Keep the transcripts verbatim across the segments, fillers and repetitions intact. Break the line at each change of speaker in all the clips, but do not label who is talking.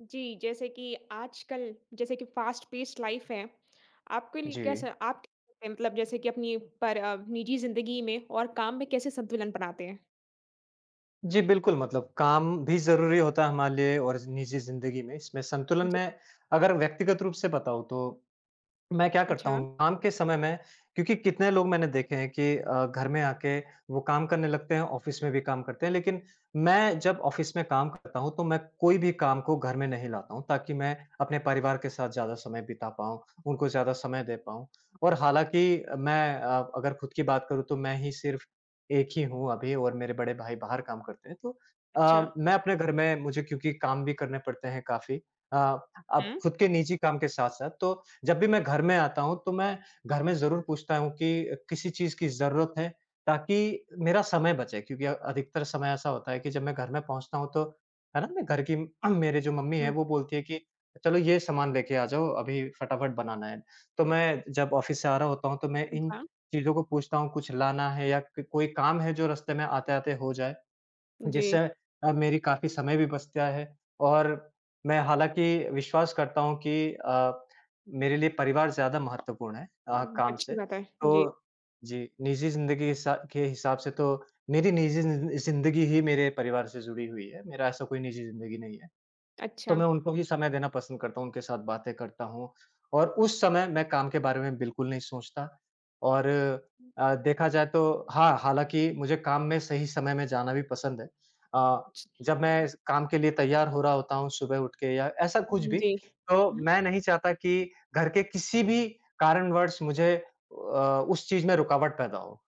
जी, जैसे कि आजकल जैसे कि फ़ास्ट पेस्ड लाइफ़ है, आपके लिए
जी।
कैसा आप क्या करते हैं? मतलब जैसे कि अपनी पर अ, निजी ज़िंदगी में और काम में कैसे संतुलन बनाते हैं?
जी, बिल्कुल मतलब काम भी ज़रूरी होता है हमारे लिए और निजी ज़िंदगी में इसमें संतुलन
जी,
में अगर व्यक्तिगत रूप से बताऊँ तो मैं क्या करता
अच्छा,
हूँ, काम के समय में क्योंकि कितने लोग मैंने देखे हैं कि अ, घर में आके वो काम करने लगते हैं, ऑफ़िस में भी काम करते हैं। लेकिन मैं जब ऑफ़िस में काम करता हूँ, तो मैं कोई भी काम को घर में नहीं लाता हूँ, ताकि मैं अपने परिवार के साथ ज़्यादा समय बिता पाऊँ, उनको ज़्यादा समय दे पाऊँ। और हालाँकि मैं अ, अगर खुद की बात करूँ, तो मैं ही सिर्फ़ एक ही हूँ अभी और मेरे बड़े भाई बाहर काम करते हैं। तो
अच्छा।
अ, मैं अपने घर में मुझे क्योंकि काम भी करने पड़ते हैं काफ़ी अ, अब
हुँ,
खुद के निजी काम के साथ-साथ, तो जब भी मैं घर में आता हूँ तो मैं घर में ज़रूर पूछता हूँ कि किसी चीज़ की ज़रूरत है ताकि मेरा समय बचे क्योंकि अ, अधिकतर समय ऐसा होता है कि जब मैं घर में पहुँचता हूँ तो है ना मैं घर की मेरे जो मम्मी है
हुँ,
वो बोलती है कि चलो ये सामान लेके आ जाओ अभी फटाफट बनाना है। तो मैं जब ऑफ़िस से आ रहा होता हूँ तो मैं इन
अच्छा,
चीज़ों को पूछता हूँ कुछ लाना है या क कोई काम है जो रास्ते में आते-आते हो जाए।
जी,
जिससे अ, मेरी काफ़ी समय भी बचता है और मैं हालाँकि विश्वास करता हूँ कि अ, मेरे लिए परिवार ज़्यादा महत्वपूर्ण है अ,
उम,
काम
अच्छी
से।
बात है।
तो
जी,
जी, निजी ज़िंदगी हिसा के हिसाब से तो मेरी निजी ज़िं ज़िंदगी ही मेरे परिवार से जुड़ी हुई है, मेरा ऐसा कोई निजी ज़िंदगी नहीं है। तो
अच्छा।
मैं उनको भी समय देना पसंद करता हूँ, उनके साथ बातें करता हूँ और उस समय मैं काम के बारे में बिल्कुल नहीं सोचता और अ, देखा जाए तो हाँ, हालाँकि मुझे काम में सही समय में जाना भी पसंद है। अ, जब मैं इस काम के लिए तैयार हो रहा होता हूँ सुबह उठ के या ऐसा कुछ
जी,
भी,
जी।
तो
हुँ,
मैं नहीं चाहता कि घर के किसी भी कारणवश मुझे अ, उस चीज़ में रुकावट पैदा हो,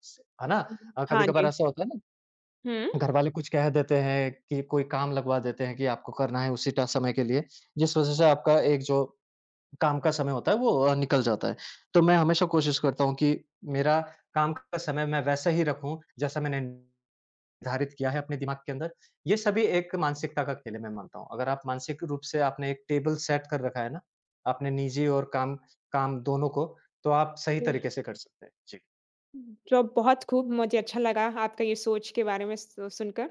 है
हुँ,
ना? अ,
हाँ
कभी-कभार
जी।
ऐसा होता है ना
हुँ,
घरवाले कुछ कह देते हैं कि कोई काम लगवा देते हैं कि आपको करना है उसी टा समय के लिए, जिस वजह से आपका एक जो काम का समय होता है वो अ, निकल जाता है। तो मैं हमेशा कोशिश करता हूँ कि मेरा काम का समय मैं वैसा ही रखूँ, जैसा मैंने निर्धारित किया है अपने दिमाग के अंदर। ये सभी एक मानसिकता का खेल है मैं मानता हूँ। अगर आप मानसिक रूप से आपने एक टेबल सेट कर रखा है ना, आपने निजी और काम काम दोनों को, तो आप सही
जी,
तरीके से कर सकते हैं। जी।
तो बहुत खूब मुझे अच्छा लगा आपका ये सोच के बारे में सु सुनकर।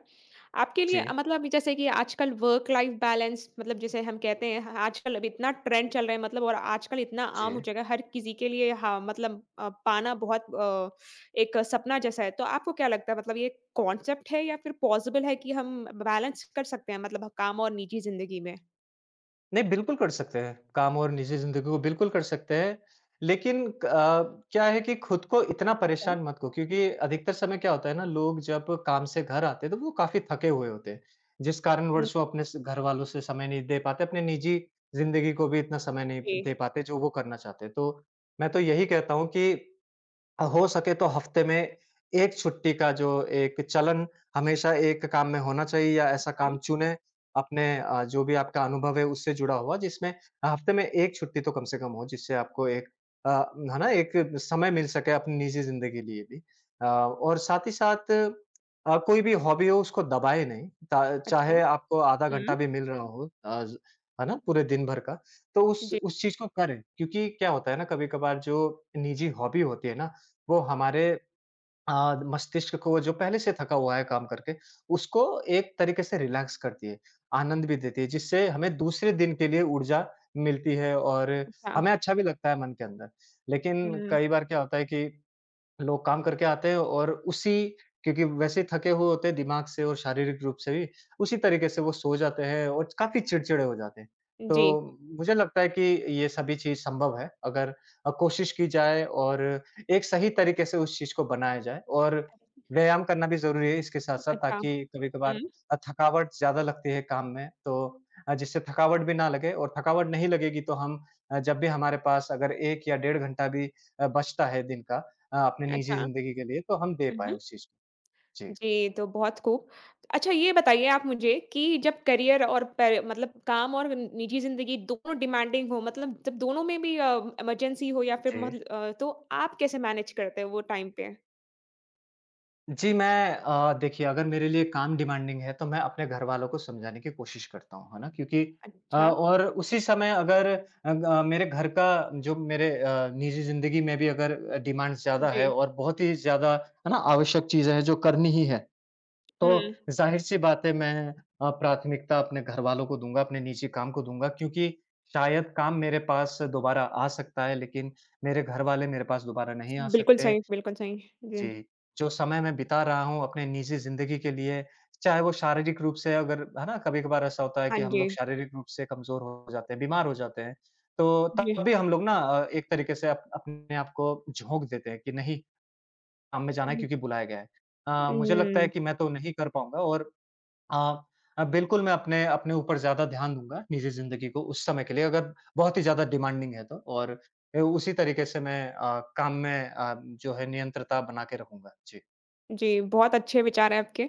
आपके लिए
जी।
अ, मतलब अभी जैसे कि आजकल वर्क लाइफ बैलेंस मतलब जैसे हम कहते हैं ह- आजकल अब इतना ट्रेंड चल रहा है मतलब और आजकल इतना आम हो
जी।
चुका है हर किसी के लिए हाँ मतलब अ, पाना बहुत अ, एक सपना जैसा है, तो आपको क्या लगता है मतलब ये कॉन्सेप्ट है या फिर पॉसिबल है कि हम बैलेंस कर सकते हैं मतलब काम और निजी जिंदगी में?
नहीं, बिल्कुल कर सकते हैं। काम और निजी ज़िंदगी को बिल्कुल कर सकते हैं। लेकिन क अ, क्या है कि खुद को इतना
अच्छा,
परेशान मत करो क्योंकि अधिकतर समय क्या होता है ना, लोग जब काम से घर आते हैं, तो वो काफ़ी थके हुए होते हैं। जिस
हम्म,
कारणवश वो अपने स घरवालों से समय नहीं दे पाते, अपने निजी ज़िंदगी को भी इतना समय नहीं
जी,
दे पाते, जो वो करना चाहते हैं। तो मैं तो यही कहता हूँ कि अ, हो सके तो हफ्ते में एक छुट्टी का जो एक चलन हमेशा एक काम में होना चाहिए या ऐसा
हाँ,
काम चुनें अपने अ, जो भी आपका अनुभव है उससे जुड़ा हुआ जिसमें हफ्ते में एक छुट्टी तो कम से कम हो जिससे आपको एक अ, है ना? एक समय मिल सके अपनी निजी ज़िंदगी लिए भी। अ, और साथ ही साथ अ, कोई भी हॉबी हो उसको दबाए नहीं ता
अच्छा,
चाहे आपको आधा घंटा
हम्म,
भी मिल रहा हो अ, ज है ना? पूरे दिन भर का, तो उस
जी,
उस चीज़ को करें क्योंकि क्या होता है ना कभी-कभार जो निजी हॉबी होती है ना वो हमारे अ, मस्तिष्क को जो पहले से थका हुआ है काम करके, उसको एक तरीके से रिलैक्स करती है, आनंद भी देती है, जिससे हमें दूसरे दिन के लिए ऊर्जा मिलती है और
अच्छा,
हमें अच्छा भी लगता है मन के अंदर। लेकिन
हम्म,
कई बार क्या होता है कि लोग काम करके आते हैं और उसी क्योंकि वैसे ही थके हुए होते हैं दिमाग से और शारीरिक रूप से भी, उसी तरीके से वो सो जाते हैं और काफ़ी चिड़चिड़े हो जाते हैं।
जी,
तो मुझे लगता है कि ये सभी चीज़ संभव है अगर अ, कोशिश की जाए और एक सही तरीके से उस चीज़ को बनाया जाए और व्यायाम करना भी ज़रूरी है इसके साथ-साथ
अच्छा,
ताकि कभी-कभार
हम्म,
अ, थकावट ज़्यादा लगती है काम में तो अ, जिससे थकावट भी ना लगे और थकावट नहीं लगेगी तो हम अ, जब भी हमारे पास अगर एक या डेढ़ घंटा भी अ, बचता है दिन का अ, अपने निजी
अच्छा,
ज़िंदगी के लिए तो हम दे पाएँ
हम्म,
उस चीज़ को। जी।
जी, तो बहुत खूब। अच्छा ये बताइए आप मुझे कि जब करियर और पे मतलब काम और निजी ज़िंदगी दोनों डिमांडिंग हो, मतलब जब दोनों में भी अ, इमरजेंसी हो या फिर
जी।
मतल अ, तो आप कैसे मैनेज करते हो वो टाइम पे?
जी, मैं अ, देखिए अगर मेरे लिए काम डिमांडिंग है तो मैं अपने घरवालों को समझाने की कोशिश करता हूँ, है ना? क्योंकि अ,
अच्छा,
और उसी समय अगर अग अ, मेरे घर का जो मेरे अ, निजी ज़िंदगी में भी अगर डिमांड्स ज़्यादा
जी।
है और बहुत ही ज़्यादा है ना आवश्यक चीज़ें हैं जो करनी ही है,
हुँ।
तो ज़ाहिर-सी बात है मैं अ, प्राथमिकता अपने घरवालों को दूँगा, अपने निजी काम को दूँगा क्योंकि शायद काम मेरे पास दोबारा आ सकता है लेकिन मेरे घरवाले मेरे पास दोबारा नहीं आ
बिल्कुल
सकते।
सही, बिल्कुल सही। जी।
जी, जो समय मैं बिता रहा हूँ अपने निजी ज़िंदगी के लिए, चाहे वो शारीरिक रूप से अगर है ना, कभी-कभार ऐसा होता है
हाँ
कि हम लोग
जी,
शारीरिक रूप से कमज़ोर हो जाते हैं, बीमार हो जाते हैं। तो
जी।
तब भी हम लोग ना अ, एक तरीके से अप अपने आप को झोंक देते हैं कि नहीं, काम में जाना है
हुँ,
क्योंकि बुलाया गया है। अ, मुझे लगता है
हुँ।
कि मैं तो नहीं कर पाऊँगा और अ अ, बिल्कुल, मैं अपने अपने ऊपर ज़्यादा ध्यान दूँगा, निजी ज़िंदगी को उस समय के लिए अगर बहुत ही ज़्यादा डिमांडिंग है तो और ए, उसी तरीके से मैं अ, काम में अ, जो है नियंत्रता बना के रखूँगा। जी।
जी, बहुत अच्छे विचार हैं आपके।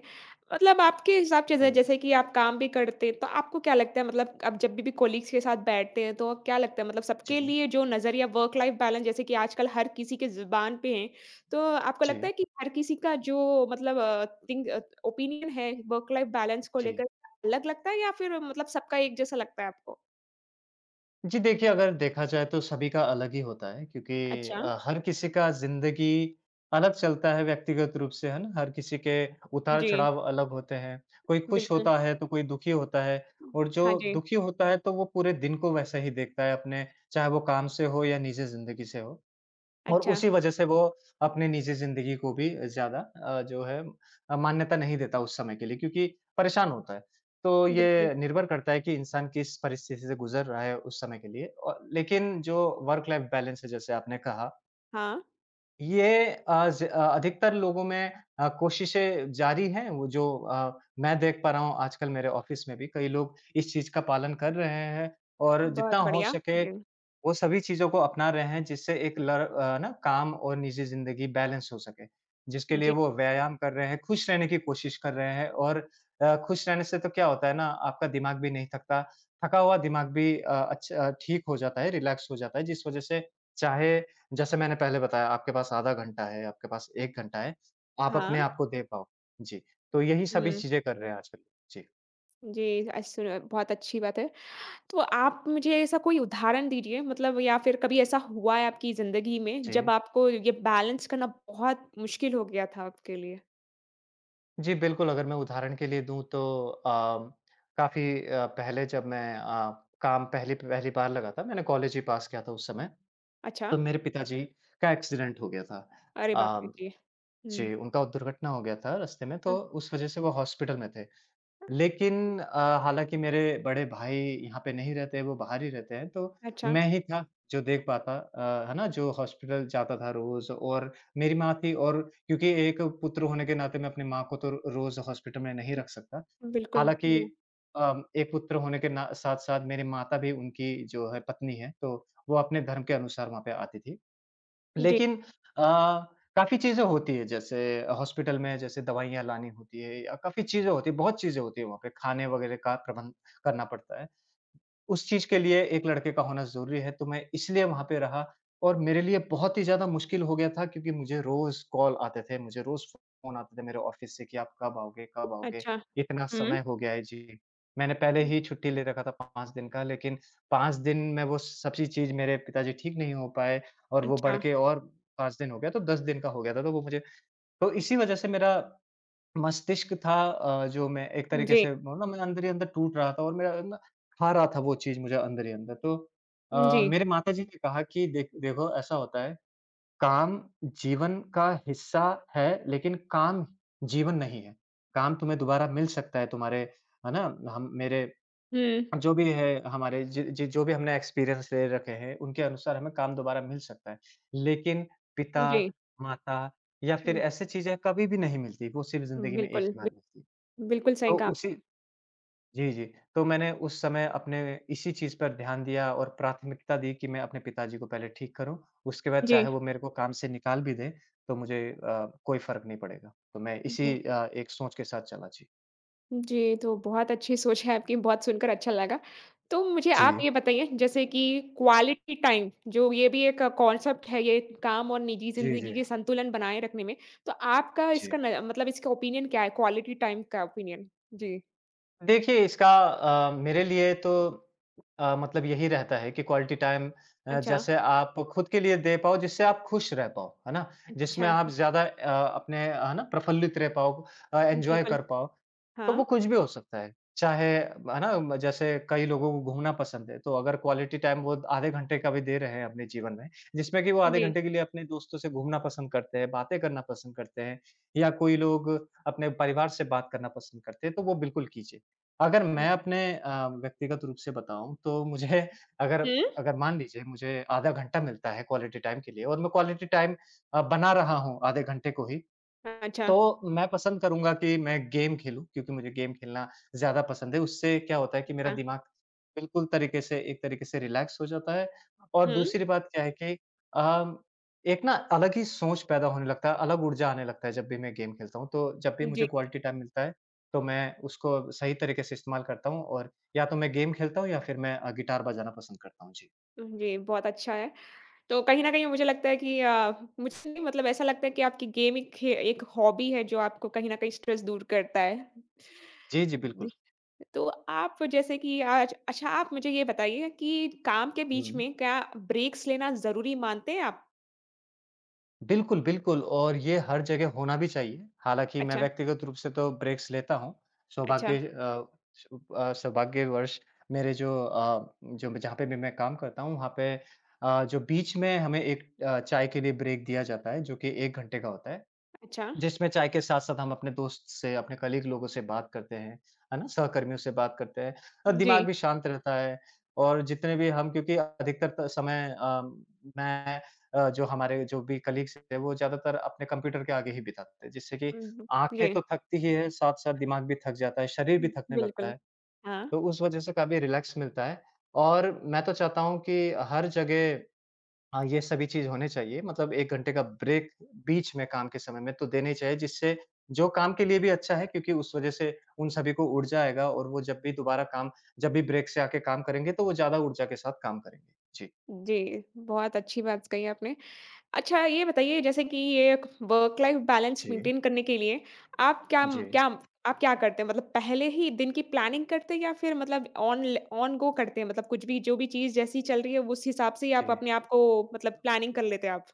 मतलब आपके हिसाब से ज
हुँ।
जैसे कि आप काम भी करते हैं, तो आपको क्या लगता है मतलब आप जब भी भी कॉलीग्स के साथ बैठते हैं, तो क्या लगता है मतलब सबके
जी,
लिए जो नज़रिया वर्क लाइफ बैलेंस जैसे कि आजकल हर किसी के ज़ुबान पे है, तो आपको लगता
जी,
है कि हर किसी का जो मतलब अ, थिंक अ, ओपिनियन है वर्क लाइफ बैलेंस को
जी।
लेकर अलग लगता है या फिर मतलब सबका एक जैसा लगता है आपको?
जी देखिए, अगर देखा जाए तो सभी का अलग ही होता है क्योंकि
अच्छा।
अ, हर किसी का ज़िंदगी अलग चलता है व्यक्तिगत रूप से, है ना? हर किसी के
जी,
उतार-चढ़ाव अलग होते हैं। कोई खुश
बिल्कुल।
होता है तो कोई दुखी होता है और जो
हाँ जी।
दुखी होता है तो वो पूरे दिन को वैसा ही देखता है अपने चाहे वो काम से हो या निजी ज़िंदगी से हो। और
अच्छा,
उसी वजह से वो अपने निजी ज़िंदगी को भी ज़्यादा अ, जो है अ, मान्यता नहीं देता उस समय के लिए क्योंकि परेशान होता है। तो
बिल्कुल।
ये निर्भर करता है कि इंसान किस परिस्थिति से गुज़र रहा है उस समय के लिए औ लेकिन जो वर्क लाइफ़ बैलेंस है जैसे आपने कहा,
हाँ,
ये अ, ज अ, अधिकतर लोगों में अ, कोशिशें जारी हैं वो जो अ, मैं देख पा रहा हूँ आजकल मेरे ऑफ़िस में भी कई लोग इस चीज़ का पालन कर रहे हैं और
बहुत
जितना हो
बढ़िया।
सके
जी,
वो सभी चीज़ों को अपना रहे हैं जिससे एक लर अ, ना काम और निजी ज़िंदगी बैलेंस हो सके। जिसके लिए
जी।
वो व्यायाम कर रहे हैं, खुश रहने की कोशिश कर रहे हैं और अ, खुश रहने से तो क्या होता है ना आपका दिमाग भी नहीं थकता, थका हुआ दिमाग भी अ, अच्छ अ, ठीक हो जाता है, रिलैक्स हो जाता है जिस वज़ह से चाहे जैसे मैंने पहले बताया आपके पास आधा घंटा है, आपके पास एक घंटा है, आप
हाँ,
अपने आप को दे पाओ। जी, तो यही सभी
हुँ।
चीज़ें कर रहे हैं आजकल। जी।
जी, अ, सुन बहुत अच्छी बात है। तो आप मुझे ऐसा कोई उदाहरण दीजिए मतलब या फिर कभी ऐसा हुआ है आपकी ज़िंदगी में
जी।
जब आपको ये बैलेंस करना बहुत मुश्किल हो गया था आपके लिए?
जी, बिल्कुल, अगर मैं उदाहरण के लिए दूँ तो अ, काफ़ी अ, पहले जब मैं अ, काम पहली पहली बार लगा था, मैंने कॉलेज ही पास किया था उस समय,
अच्छा,
तो मेरे पिताजी का एक्सीडेंट हो गया था।
अरे बाप रे!
अ,
जी। हुँ।
जी, उनका दुर्घटना हो गया था रास्ते में,
हाँ,
तो उस वज़ह से वो हॉस्पिटल में थे। लेकिन अ, हालाँकि मेरे बड़े भाई यहाँ पे नहीं रहते हैं, वो बाहर ही रहते हैं, तो
अच्छा,
मैं ही था जो देख पाता अ, है ना? जो हॉस्पिटल जाता था रोज़ और मेरी माँ थी। और क्योंकि एक पुत्र होने के नाते मैं अपनी माँ को तो रोज़ हॉस्पिटल में नहीं रख सकता।
बिल्कुल,
हालाँकि
जी,
अ, एक पुत्र होने के ना साथ-साथ मेरी माता भी उनकी जो है पत्नी है, तो वो अपने धर्म के अनुसार वहाँ पे आती थी।
जी,
लेकिन अ, काफ़ी चीज़ें होती हैं, जैसे हॉस्पिटल में जैसे दवाइयाँ लानी होती है या काफ़ी चीज़ें होती हैं, बहुत चीज़ें होती हैं वहाँ पे, खाने वगैरह का प्रबंध करना पड़ता है। उस चीज़ के लिए एक लड़के का होना ज़रूरी है, तो मैं इसलिए वहाँ पे रहा और मेरे लिए बहुत ही ज़्यादा मुश्किल हो गया था, क्योंकि मुझे रोज़ कॉल आते थे, मुझे रोज़ फ़ोन आते थे मेरे ऑफ़िस से कि आप कब आओगे, कब आओगे?
अच्छा।
इतना
हुँ,
समय हो गया है। जी। मैंने पहले ही छुट्टी ले रखा था पाँच दिन का, लेकिन पाँच दिन में वो सभी चीज़ मेरे पिताजी ठीक नहीं हो पाए और वो बढ़
अच्छा,
के और पाँच दिन हो गया तो दस दिन का हो गया था, तो वो मुझे तो इसी वज़ह से मेरा मस्तिष्क था अ, जो मैं एक तरीके
जी,
से बोलूँ ना, मैं अंदर ही अंदर टूट रहा था और मेरा ना खा रहा था वो चीज़ मुझे अंदर ही अंदर। तो अ,
जी,
मेरे माताजी ने कहा कि देख देखो ऐसा होता है, काम जीवन का हिस्सा है, लेकिन काम जीवन नहीं है। काम तुम्हें दोबारा मिल सकता है तुम्हारे, है ना? हम मेरे
हुँ,
जो भी है हमारे जि जि जो भी हमने एक्सपीरियंस ले रखे हैं, उनके अनुसार हमें काम दोबारा मिल सकता है। लेकिन पिता,
जी,
माता या फिर ऐसी चीज़ें कभी भी नहीं मिलती, वो सिर्फ़
हुँ,
ज़िंदगी में एक
बिल्कुल,
ही बार मिलती है।
बि बिल्कुल सही
तो
कहा
उसी
आपने।
जी, जी। तो मैंने उस समय अपने इसी चीज़ पर ध्यान दिया और प्राथमिकता दी कि मैं अपने पिताजी को पहले ठीक करूँ, उसके बाद चाहे
जी।
वो मेरे को काम से निकाल भी दें, तो मुझे अ, कोई फ़र्क नहीं पड़ेगा। तो मैं इसी अ, एक सोच के साथ चला। जी।
जी, तो बहुत अच्छी सोच है आपकी, बहुत सुनकर अच्छा लगा। तो मुझे आप
जी।
ये बताइए जैसे कि क्वालिटी टाइम जो ये भी एक कॉन्सेप्ट है, ये काम और निजी
जी,
ज़िंदगी
जी।
के संतुलन बनाए रखने में, तो आपका
जी।
इसका न मतलब इसका ओपिनियन क्या है? क्वालिटी टाइम का ओपिनियन? जी,
देखिए इसका अ, मेरे लिए तो अ, मतलब यही रहता है कि क्वालिटी टाइम अ,
अच्छा,
जैसे आप खुद के लिए दे पाओ जिससे आप खुश रह पाओ, है ना? जिसमें
अच्छा,
आप ज़्यादा अ, अपने है ना प्रफुल्लित रह पाओ, अ, एन्जॉय
बिल्कुल,
कर पाओ। तो
हाँ,
वो कुछ भी हो सकता है। चाहे है ना जैसे कई लोगों को घूमना पसंद है, तो अगर क्वालिटी टाइम वो आधे घंटे का भी दे रहे हैं अपने जीवन में, जिसमें कि वो आधे
जी।
घंटे के लिए अपने दोस्तों से घूमना पसंद करते हैं, बातें करना पसंद करते हैं या कोई लोग अपने परिवार से बात करना पसंद करते हैं, तो वो बिल्कुल कीजिए। अगर मैं अपने अ, व्यक्तिगत रूप से बताऊँ तो मुझे अगर
हुँ,
अगर मान लीजिए मुझे आधा घंटा मिलता है क्वालिटी टाइम के लिए और मैं क्वालिटी टाइम अ, बना रहा हूँ आधे घंटे को ही,
अच्छा,
तो मैं पसंद करूँगा कि मैं गेम खेलूँ क्योंकि मुझे गेम खेलना ज़्यादा पसंद है। उससे क्या होता है कि मेरा
अच्छा,
दिमाग बिल्कुल तरीके से एक तरीके से रिलैक्स हो जाता है और
हुँ,
दूसरी बात क्या है कि अ, एक ना अलग ही सोच पैदा होने लगता है, अलग ऊर्जा आने लगता है जब भी मैं गेम खेलता हूँ। तो जब भी
जी,
मुझे क्वालिटी टाइम मिलता है, तो मैं उसको सही तरीके से इस्तेमाल करता हूँ और या तो मैं गेम खेलता हूँ या फिर मैं अ, गिटार बजाना पसंद करता हूँ। जी।
जी, बहुत अच्छा है। तो कहीं न कहीं मुझे लगता है कि अ, मुझे नहीं मतलब ऐसा लगता है कि आपकी गेम एक खे एक हॉबी है जो आपको कहीं न कहीं स्ट्रेस दूर करता है।
जी, जी,
जी,
बिल्कुल।
तो आप जैसे कि आज अच्छा आप मुझे ये बताइए कि काम के बीच
हुँ।
में क्या ब्रेक्स लेना ज़रूरी मानते हैं आप?
बिल्कुल, बिल्कुल और ये हर जगह होना भी चाहिए। हालाँकि मैं
अच्छा,
व्यक्तिगत रूप से तो ब्रेक्स लेता हूँ।
अच्छा,
सौभाग्य अ, सु अ, सौभाग्यवश मेरे जो अ, जो जहाँ पे भी मैं काम करता हूँ वहाँ पे अ, जो बीच में हमें एक अ, चाय के लिए ब्रेक दिया जाता है जो कि एक घंटे का होता है।
अच्छा।
जिसमें चाय के साथ-साथ हम अपने दोस्त से, अपने कलीग लोगों से बात करते हैं, है ना? सहकर्मियों से बात करते हैं और
जी।
दिमाग भी शांत रहता है और जितने भी हम क्योंकि अधिकतर त समय अ, मैं अ, जो हमारे जो भी कलीग्स थे, वो ज़्यादातर अपने कंप्यूटर के आगे ही बिताते थे, जिससे कि
हुँ, हुँ।
आँखें
जी,
तो थकती ही है, साथ-साथ दिमाग भी थक जाता है, शरीर भी थकने लगता
बिल्कुल।
है।
हाँ,
तो उस वजह से काफ़ी रिलैक्स मिलता है और मैं तो चाहता हूँ कि हर जगह हाँ, ये सभी चीज़ होने चाहिए, मतलब एक घंटे का ब्रेक बीच में काम के समय में तो देना ही चाहिए, जिससे जो काम के लिए भी अच्छा है क्योंकि उस वज़ह से उन सभी को ऊर्जा आएगा और वो जब भी दोबारा काम जब भी ब्रेक से आके काम करेंगे तो वो ज़्यादा ऊर्जा के साथ काम करेंगे। जी।
जी, बहुत अच्छी बात कही आपने। अच्छा, ये बताइए जैसे कि ये वर्क लाइफ बैलेंस
जी।
मेंटेन करने के लिए आप क्या
जी।
क्या आप क्या करते हैं? मतलब पहले ही दिन की प्लानिंग करते हैं या फिर मतलब ऑन ल ऑन गो करते हैं? मतलब कुछ भी जो भी चीज़ जैसी चल रही है उस हिसाब से ही
जी।
आप अपने आप को मतलब प्लानिंग कर लेते हैं आप?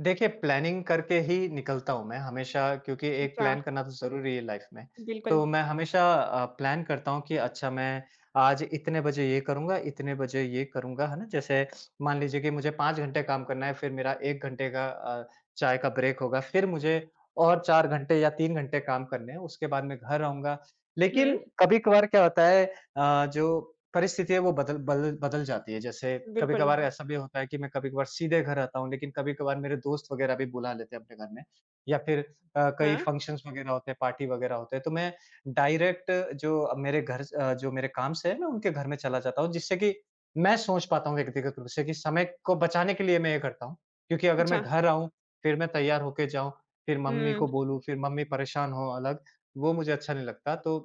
देखिए, प्लानिंग करके ही निकलता हूँ मैं हमेशा क्योंकि एक
अच्छा,
प्लान करना तो ज़रूरी है लाइफ़ में।
बिल्कुल।
तो मैं हमेशा अ, प्लान करता हूँ कि अच्छा मैं आज इतने बजे ये करूँगा, इतने बजे ये करूँगा, है ना? जैसे मान लीजिए कि मुझे पाँच घंटे काम करना है, फिर मेरा एक घंटे का अ, चाय का ब्रेक होगा, फिर मुझे और चार घंटे या तीन घंटे काम करने हैं, उसके बाद मैं घर आऊँगा। लेकिन
हुँ,
कभी-कभार क्या होता है अ, जो परिस्थिति है वो बदल बदल बदल जाती है। जैसे
बिल्कुल।
कभी-कभार ऐसा भी होता है कि मैं कभी-कभार सीधे घर आता हूँ, लेकिन कभी-कभार मेरे दोस्त वगैरह भी बुला लेते हैं अपने घर में या फिर अ, कई
हाँ,
फंक्शंस वगैरह होते हैं, पार्टी वगैरह होते हैं, तो मैं डायरेक्ट जो अब मेरे घर स अ, जो मेरे काम से है, मैं उनके घर में चला जाता हूँ, जिससे कि मैं सोच पाता हूँ व्यक्तिगत रूप से कि समय को बचाने के लिए मैं ये करता हूँ। क्योंकि अगर मैं
अच्छा।
घर आऊँ, फिर मैं तैयार होके जाऊँ, फिर मम्मी
हुँ।
को बोलूँ, फिर मम्मी परेशान हो अलग, वो मुझे अच्छा नहीं लगता। तो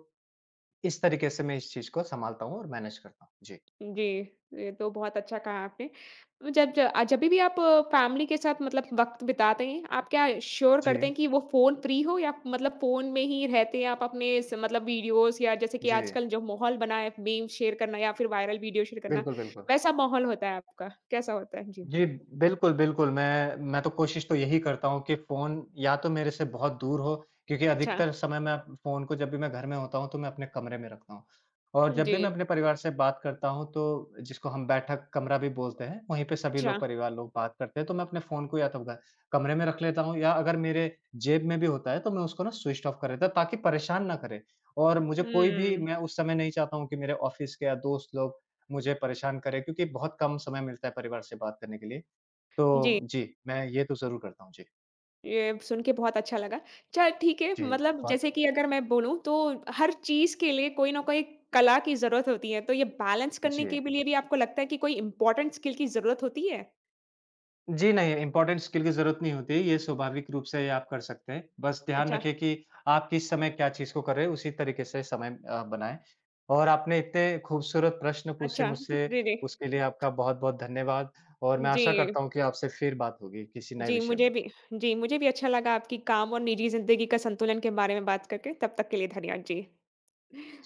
इस तरीके से मैं इस चीज़ को सँभालता हूँ और मैनेज करता हूँ। जी।
जी, ये तो बहुत अच्छा कहा आपने। जब ज अ, जभी भी आप फैमिली के साथ मतलब वक़्त बिताते हैं, आप क्या श्योर करते
जी,
हैं कि वो फ़ोन फ्री हो या मतलब फ़ोन में ही रहते हैं आप अपने स मतलब वीडियोज़ या जैसे कि
जी।
आजकल जो माहौल बना है, मीम शेयर करना या फिर वायरल वीडियो शेयर करना,
बिल्कुल, बिल्कुल।
वैसा माहौल होता है आपका? कैसा होता है? जी।
जी, बिल्कुल, बिल्कुल। मैं मैं तो कोशिश तो यही करता हूँ कि फ़ोन या तो मेरे से बहुत दूर हो क्योंकि
अच्छा।
अधिकतर समय मैं फ़ोन को जब भी मैं घर में होता हूँ, तो मैं अपने कमरे में रखता हूँ। और जब भी मैं
जी,
अपने परिवार से बात करता हूँ, तो जिसको हम बैठक कमरा भी बोलते हैं, वहीं पे सभी
अच्छा।
लोग परिवार लोग बात करते हैं, तो मैं अपने फ़ोन को या तो ग कमरे में रख लेता हूँ या अगर मेरे जेब में भी होता है, तो मैं उसको ना स्विच ऑफ कर देता हूँ ताकि परेशान ना करे। और मुझे कोई भी
हुँ।
मैं उस समय नहीं चाहता हूँ कि मेरे ऑफ़िस के या दोस्त लोग मुझे परेशान करे क्योंकि बहुत कम समय मिलता है परिवार से बात करने के लिए।
जी।
तो जी, मैं ये तो ज़रूर करता हूँ। जी,
ये सुन के बहुत अच्छा लगा। चल ठीक है,
जी,
मतलब
बात
जैसे कि अगर मैं बोलूँ तो हर चीज़ के लिए कोई ना कोई कला की ज़रूरत होती है, तो ये बैलेंस करने
जी।
के भी लिए भी आपको लगता है कि कोई इम्पोर्टेंट स्किल की ज़रूरत होती है?
जी, नहीं इम्पोर्टेंट स्किल की ज़रूरत नहीं होती, ये स्वाभाविक रूप से ये आप कर सकते हैं। बस ध्यान
अच्छा,
रखें कि आप किस समय क्या चीज़ को कर रहे हैं, उसी तरीके से समय अ, बनाएँ। और आपने इतने खूबसूरत प्रश्न पूछे
अच्छा।
मुझसे,
जी, जी।
उसके लिए आपका बहुत-बहुत धन्यवाद और मैं आशा
जी,
करता हूँ कि आपसे फिर बात होगी किसी नए
जी,
विषय में।
मुझे भी जी, मुझे भी अच्छा लगा आपकी काम और निजी ज़िंदगी का संतुलन के बारे में बात करके। तब तक के लिए धन्यवाद। जी।
जी।